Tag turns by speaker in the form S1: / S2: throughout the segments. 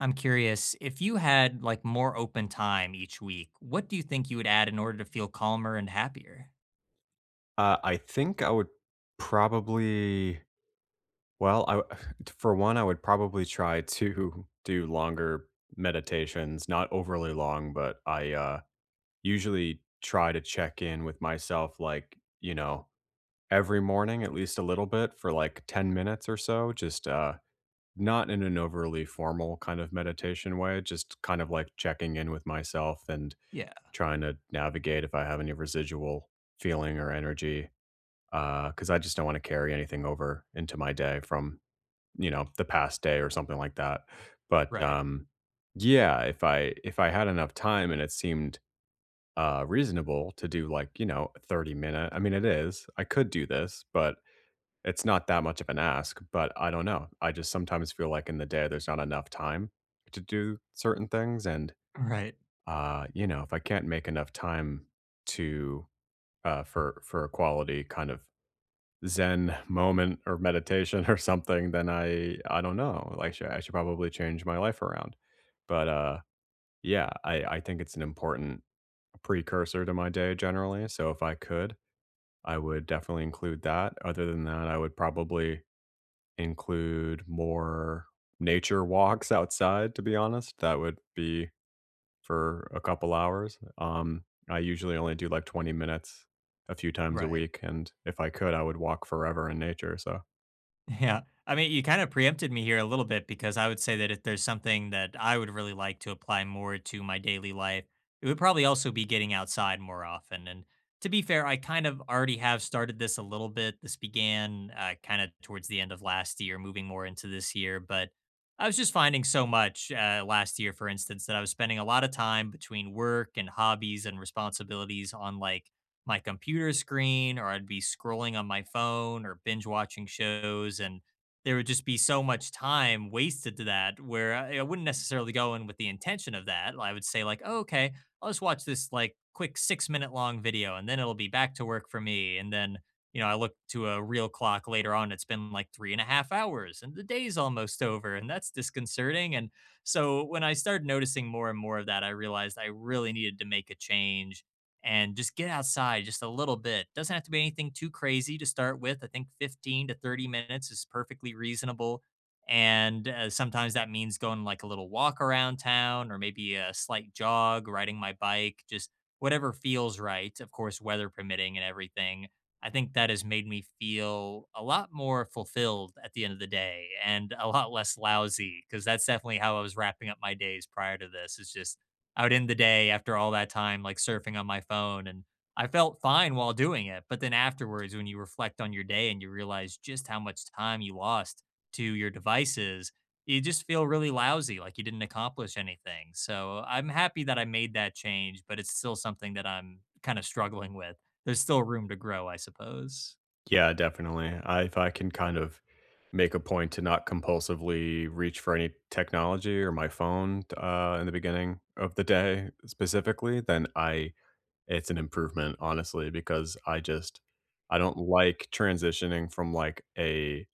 S1: I'm curious, if you had like more open time each week, what do you think you would add in order to feel calmer and happier?
S2: I think I would probably well, I w for one, I would probably try to do longer meditations, not overly long, but I usually try to check in with myself, like, every morning, at least a little bit for, like, 10 minutes or so, not in an overly formal kind of meditation way, just kind of, like, checking in with myself and
S1: Yeah,
S2: trying to navigate if I have any residual feeling or energy. Because I just don't wanna carry anything over into my day from, the past day or something like that. But,
S1: right.
S2: um, yeah, if I had enough time and it seemed, reasonable to do, like, you know, a 30 minute I mean, it is. I could do this, but it's not that much of an ask, but I don't know. I just sometimes feel like in the day there's not enough time to do certain things, and,
S1: Right.
S2: you know, if I can't make enough time to, for a quality kind of Zen moment or meditation or something, then I don't know. Like, should probably change my life around. But yeah, I think it's an important precursor to my day generally. So if I could, I would definitely include that. Other than that, I would probably include more nature walks outside. To be honest, that would be for a couple hours. I usually only do like 20 minutes a few times a
S1: Right.
S2: week, and if I could, I would walk forever in nature. So
S1: Yeah. I mean, you kind of preempted me here a little bit because I would say that if there's something that I would really like to apply more to my daily life, it would probably also be getting outside more often. And to be fair, I kind of already have started this a little bit. This began kind of towards the end of last year, moving more into this year. But I was just finding so much last year, for instance, that I was spending a lot of time between work and hobbies and responsibilities on like my computer screen, or I'd be scrolling on my phone or binge watching shows, and there would just be so much time wasted to that where I wouldn't necessarily go in with the intention of that. I would say like, oh, okay, I'll just watch this like quick 6 minute long video and then it'll be back to work for me. And then, you know, I look to a real clock later on, it's been like three and a half hours and the day's almost over. And that's disconcerting. And so when I started noticing more and more of that, I realized I really needed to make a change and just get outside just a little bit. Doesn't have to be anything too crazy to start with. I think 15 to 30 minutes is perfectly reasonable. And Sometimes that means going like a little walk around town, or maybe a slight jog, riding my bike, just whatever feels right. Of course, weather permitting and everything. I think that has made me feel a lot more fulfilled at the end of the day and a lot less lousy, because that's definitely how I was wrapping up my days prior to this. Is just I would end the day after all that time, like, surfing on my phone, and I felt fine while doing it, but then afterwards, when you reflect on your day and you realize just how much time you lost to your devices, you just feel really lousy, like you didn't accomplish anything, so I'm happy that I made that change, but it's still something that I'm kinda struggling with. There's still room to grow, I suppose.
S2: yeah, definitely. I if I can kind of make a point to not compulsively reach for any technology or my phone in the beginning of the day specifically, then I it's an improvement, honestly, because I just I don't like transitioning from like a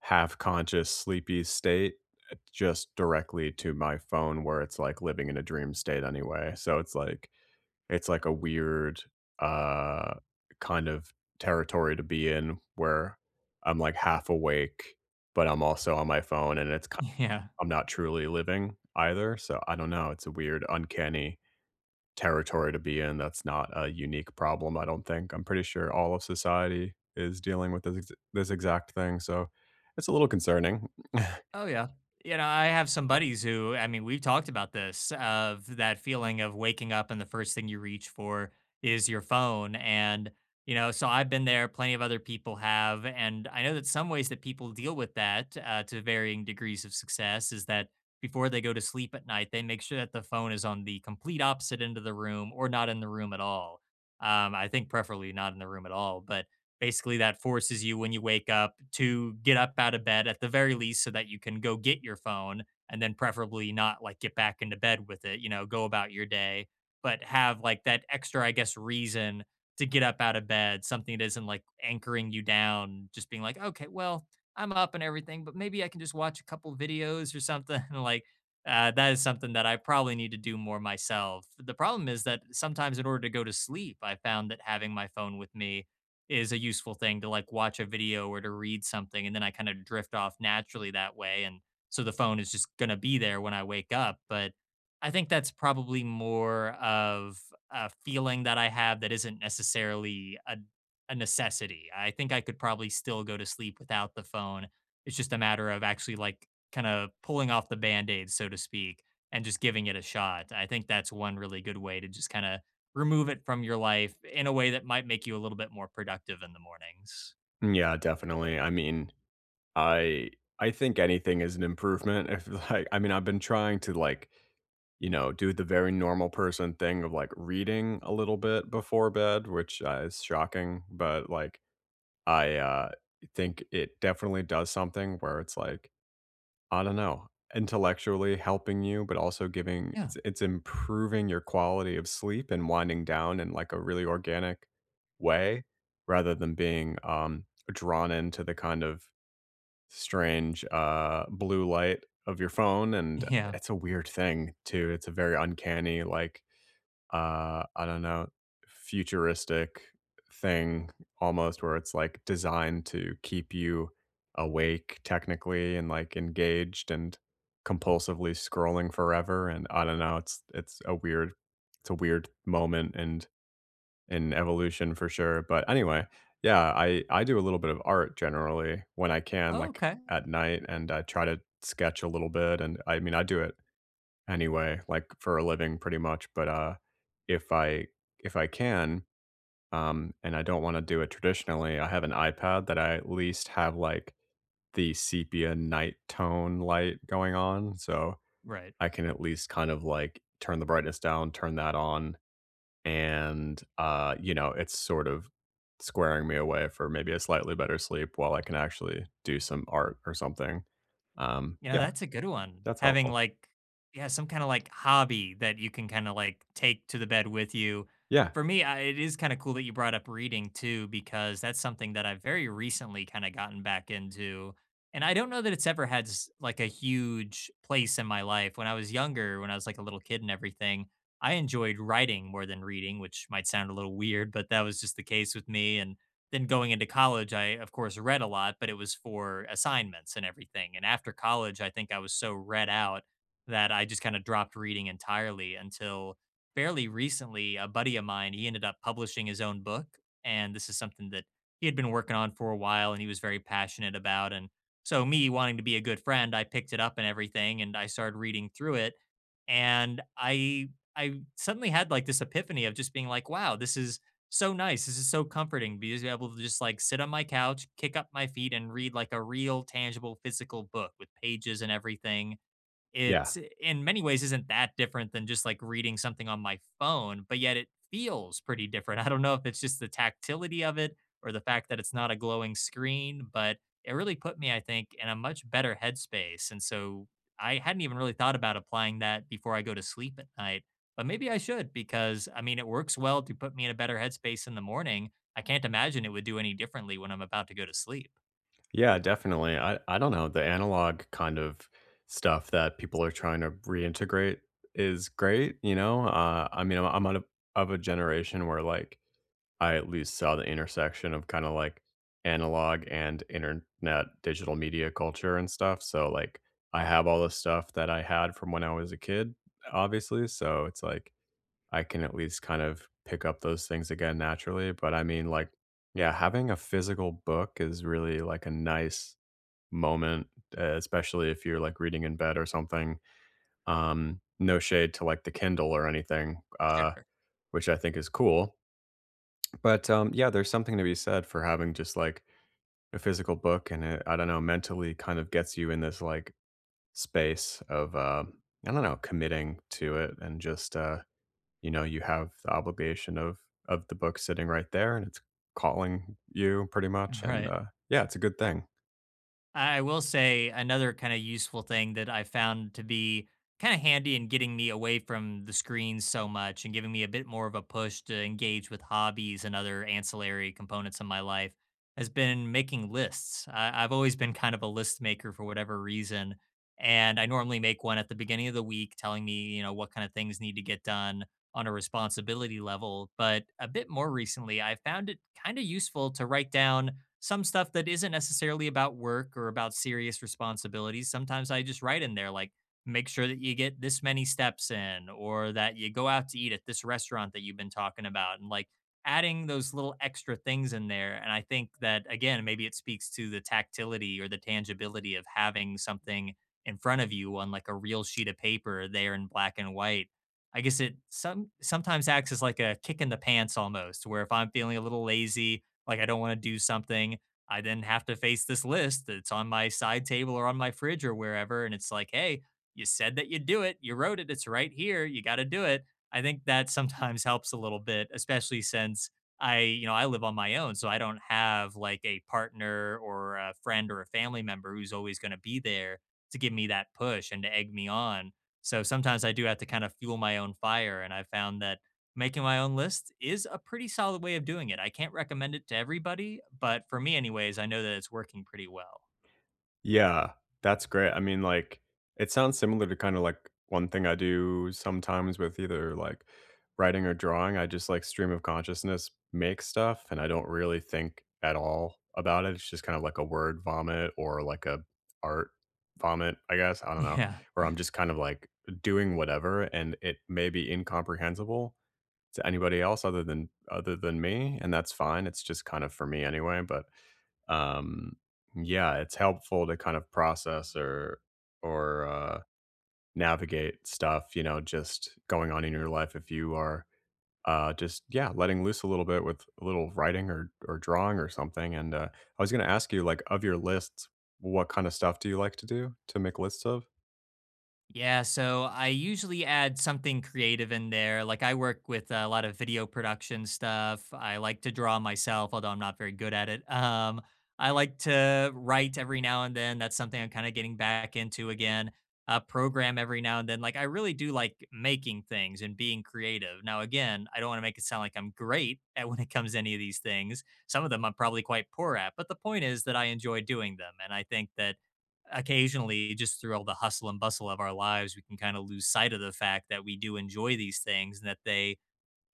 S2: half-conscious sleepy state just directly to my phone where it's like living in a dream state anyway. So it's like a weird, uh, kind of territory to be in where I'm like half awake, but I'm also on my phone and it's ki
S1: Yeah.
S2: I'm not truly living either, so I don't know, it's a weird, uncanny territory to be in that's not a unique problem, I don't think. I'm pretty sure all of society is dealing with this exact thing, so it's a little concerning.
S1: Oh, yeah. You know, I have some buddies who, I mean, we've talked about this of that feeling of waking up and the first thing you reach for is your phone. And, you know, so I've been there, plenty of other people have. And I know that some ways that people deal with that to varying degrees of success is that before they go to sleep at night, they make sure that the phone is on the complete opposite end of the room or not in the room at all. I think preferably not in the room at all. But basically, that forces you when you wake up to get up out of bed at the very least, so that you can go get your phone and then preferably not like get back into bed with it. You know, go about your day, but have like that extra, I guess, reason to get up out of bed, something that isn't like anchoring you down, just being like, okay, well, I'm up and everything, but maybe I can just watch a couple videos or something. Like, that is something that I probably need to do more myself. The problem is that sometimes, in order to go to sleep, I found that having my phone with me is a useful thing to like watch a video or to read something, and then I kind of drift off naturally that way, and so the phone is just going to be there when I wake up. But I think that's probably more of a feeling that I have that isn't necessarily a necessity. I think I could probably still go to sleep without the phone. It's just a matter of actually like kind of pulling off the band-aid, so to speak, and just giving it a shot. I think that's one really good way to just kind of remove it from your life in a way that might make you a little bit more productive in the mornings.
S2: Yeah, definitely. I mean I I think anything is an improvement if, like I mean, I've been trying to, like, you know, do the very normal person thing of, like, reading a little bit before bed, which, is shocking, but, like, I think it definitely does something where it's, like, I don't know, intellectually helping you, but also giving
S1: Yeah.
S2: it's improving your quality of sleep and winding down in, like, a really organic way rather than being, drawn into the kind of strange blue light of your phone, and
S1: Yeah.
S2: it's a weird thing too. It's a very uncanny, like, I don't know, futuristic thing almost where it's like designed to keep you awake technically and like engaged and compulsively scrolling forever, and I don't know, it's a weird it's a weird moment and in evolution for sure. But anyway, yeah, I do a little bit of art generally when I can,
S1: Oh,
S2: like
S1: okay.
S2: at night, and I try to sketch a little bit. And I mean, I do it anyway, like for a living, pretty much. But if I if I can, and I don't want to do it traditionally, I have an iPad that I at least have like the sepia night tone light going on, so
S1: Right.
S2: I can at least kind of like turn the brightness down, turn that on, and, you know, it's sort of squaring me away for maybe a slightly better sleep while I can actually do some art or something.
S1: You know,
S2: Yeah,
S1: that's a good one.
S2: that's
S1: Having
S2: helpful.
S1: like, yeah, some kind of like hobby that you can kind of like take to the bed with you.
S2: Yeah,
S1: For me, I, it is kind of cool that you brought up reading too, because that's something that I've very recently kind of gotten back into. And I don't know that it's ever had like a huge place in my life. When I was younger, when I was like a little kid and everything, I enjoyed writing more than reading, which might sound a little weird, but that was just the case with me. And then going into college, I of course read a lot, but it was for assignments and everything. And after college, I think I was so read out that I just kind of dropped reading entirely until fairly recently. A buddy of mine, he ended up publishing his own book. And this is something that he had been working on for a while and he was very passionate about. And so, me wanting to be a good friend, I picked it up and everything and I started reading through it. And I suddenly had like this epiphany of just being like, wow, this is so nice. This is so comforting, because be able to just like sit on my couch, kick up my feet, and read like a real, tangible, physical book with pages and everything,
S2: yeah.
S1: it in many ways isn't that different than just like reading something on my phone, but yet it feels pretty different. I don't know if it's just the tactility of it or the fact that it's not a glowing screen, but it really put me, I think, in a much better headspace. And so I hadn't even really thought about applying that before I go to sleep at night, but maybe I should, because I mean, it works well to put me in a better headspace in the morning. I can't imagine it would do any differently when I'm about to go to sleep.
S2: Yeah, definitely. I don't know, the analog kind of stuff that people are trying to reintegrate is great, you know? I mean, I'm of a generation where, like, I at least saw the intersection of kinda like analog and internet digital media culture and stuff, so, like, I have all the stuff that I had from when I was a kid, obviously, so it's like I can at least kind of pick up those things again naturally, but I mean, like, yeah, having a physical book is really, like, a nice moment, e especially if you're, like, reading in bed or something, no shade to, like, the Kindle or anything,
S1: Sure.
S2: which I think is cool. But yeah, there's something to be said for having just, like, a physical book, and it I don't know, mentally kind of gets you in this, like, space of, I don't know, committing to it and just, you know, you have the obligation of the book sitting right there, and it's calling you pretty much, and,
S1: Right.
S2: yeah, it's a good thing.
S1: I will say another kind of useful thing that I found to be kind of handy in getting me away from the screens so much and giving me a bit more of a push to engage with hobbies and other ancillary components of my life has been making lists. I've always been kind of a list maker for whatever reason. And I normally make one at the beginning of the week telling me, you know, what kind of things need to get done on a responsibility level. But a bit more recently, I found it kind of useful to write down some stuff that isn't necessarily about work or about serious responsibilities. Sometimes I just write in there like, make sure that you get this many steps in or that you go out to eat at this restaurant that you've been talking about. And like adding those little extra things in there, and I think that again, maybe it speaks to the tactility or the tangibility of having something in front of you on like a real sheet of paper there in black and white. I guess it sometimes acts as like a kick in the pants, almost, where if I'm feeling a little lazy like I don't want to do something, I then have to face this list that's on my side table or on my fridge or wherever. And it's like, hey, you said that you'd do it. You wrote it. It's right here. You got to do it. I think that sometimes helps a little bit, especially since I, you know, I live on my own. So I don't have like a partner or a friend or a family member who's always going to be there to give me that push and to egg me on. So sometimes I do have to kind of fuel my own fire. And I found that making my own list is a pretty solid way of doing it. I can't recommend it to everybody, but for me anyways, I know that it's working pretty well.
S2: Yeah, that's great. I mean, like, it sounds similar to kind of like one thing I do sometimes with either like writing or drawing. I just like stream of consciousness make stuff and I don't really think at all about it. It's just kind of like a word vomit or like a art vomit, I guess. I don't know.
S1: Yeah.
S2: Where I'm just kind of like doing whatever and it may be incomprehensible to anybody else other than me, and that's fine. It's just kind of for me anyway, but um yeah, it's helpful to kind of process or or navigate stuff, you know, just going on in your life if you are just yeah, letting loose a little bit with a little writing or drawing or something. And I was going to ask you, like, of your lists, what kind of stuff do you like to do to make lists of?
S1: Yeah, so I usually add something creative in there. Like, I work with a lot of video production stuff. I like to draw myself, although I'm not very good at it. I like to write every now and then. That's something I'm kind of getting back into again. Program every now and then. Like, I really do like making things and being creative. Now, again, I don't want to make it sound like I'm great at when it comes to any of these things. Some of them I'm probably quite poor at, but the point is that I enjoy doing them, and I think that occasionally, just through all the hustle and bustle of our lives, we can kind of lose sight of the fact that we do enjoy these things and that they,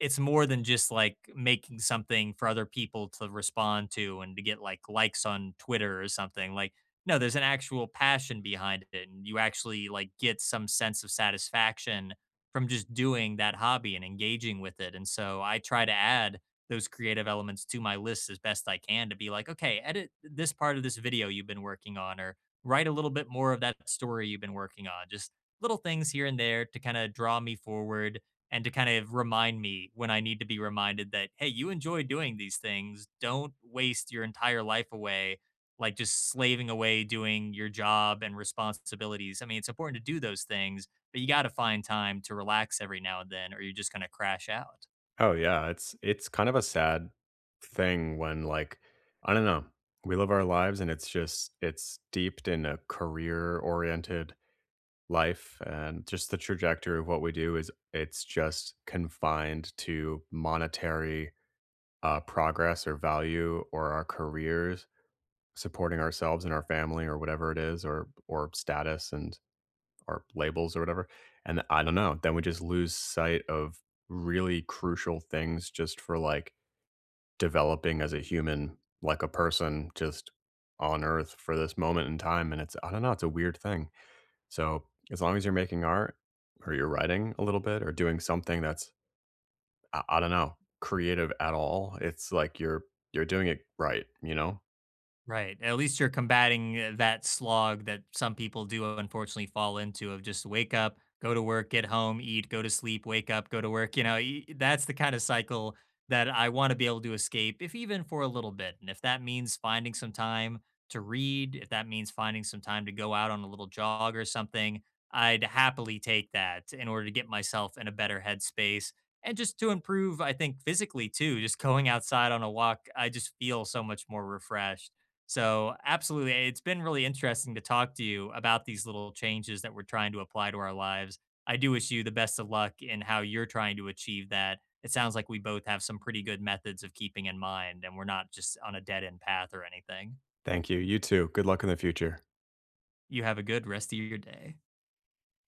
S1: it's more than just like making something for other people to respond to and to get like likes on Twitter or something. Like, no, there's an actual passion behind it, and you actually like get some sense of satisfaction from just doing that hobby and engaging with it. And so I try to add those creative elements to my list as best I can, to be like, okay, edit this part of this video you've been working on, or write a little bit more of that story you've been working on. Just little things here and there to kind of draw me forward and to kind of remind me when I need to be reminded that, hey, you enjoy doing these things. Don't waste your entire life away, like just slaving away doing your job and responsibilities. I mean, it's important to do those things, but you got to find time to relax every now and then, or you're just going to crash out.
S2: Oh yeah, it's kind of a sad thing when like I don't know, we live our lives and it's just it's steeped in a career oriented life and just the trajectory of what we do is it's just confined to monetary progress or value or our careers supporting ourselves and our family or whatever it is or status and or labels or whatever and I don't know then we just lose sight of really crucial things just for like developing as a human, like a person just on earth for this moment in time. And it's, I don't know, it's a weird thing. So as long as you're making art or you're writing a little bit or doing something that's, I don't know, creative at all, it's like you're doing it right, you know?
S1: Right. At least you're combating that slog that some people do unfortunately fall into of just wake up, go to work, get home, eat, go to sleep, wake up, go to work. You know, that's the kind of cycle that I want to be able to escape, if even for a little bit. And if that means finding some time to read, if that means finding some time to go out on a little jog or something, I'd happily take that in order to get myself in a better headspace and just to improve, I think, physically too. Just going outside on a walk, I just feel so much more refreshed. So, absolutely, it's been really interesting to talk to you about these little changes that we're trying to apply to our lives. I do wish you the best of luck in how you're trying to achieve that. It sounds like we both have some pretty good methods of keeping in mind, and we're not just on a dead end path or anything.
S2: Thank you. You too. Good luck in the future.
S1: You have a good rest of your day.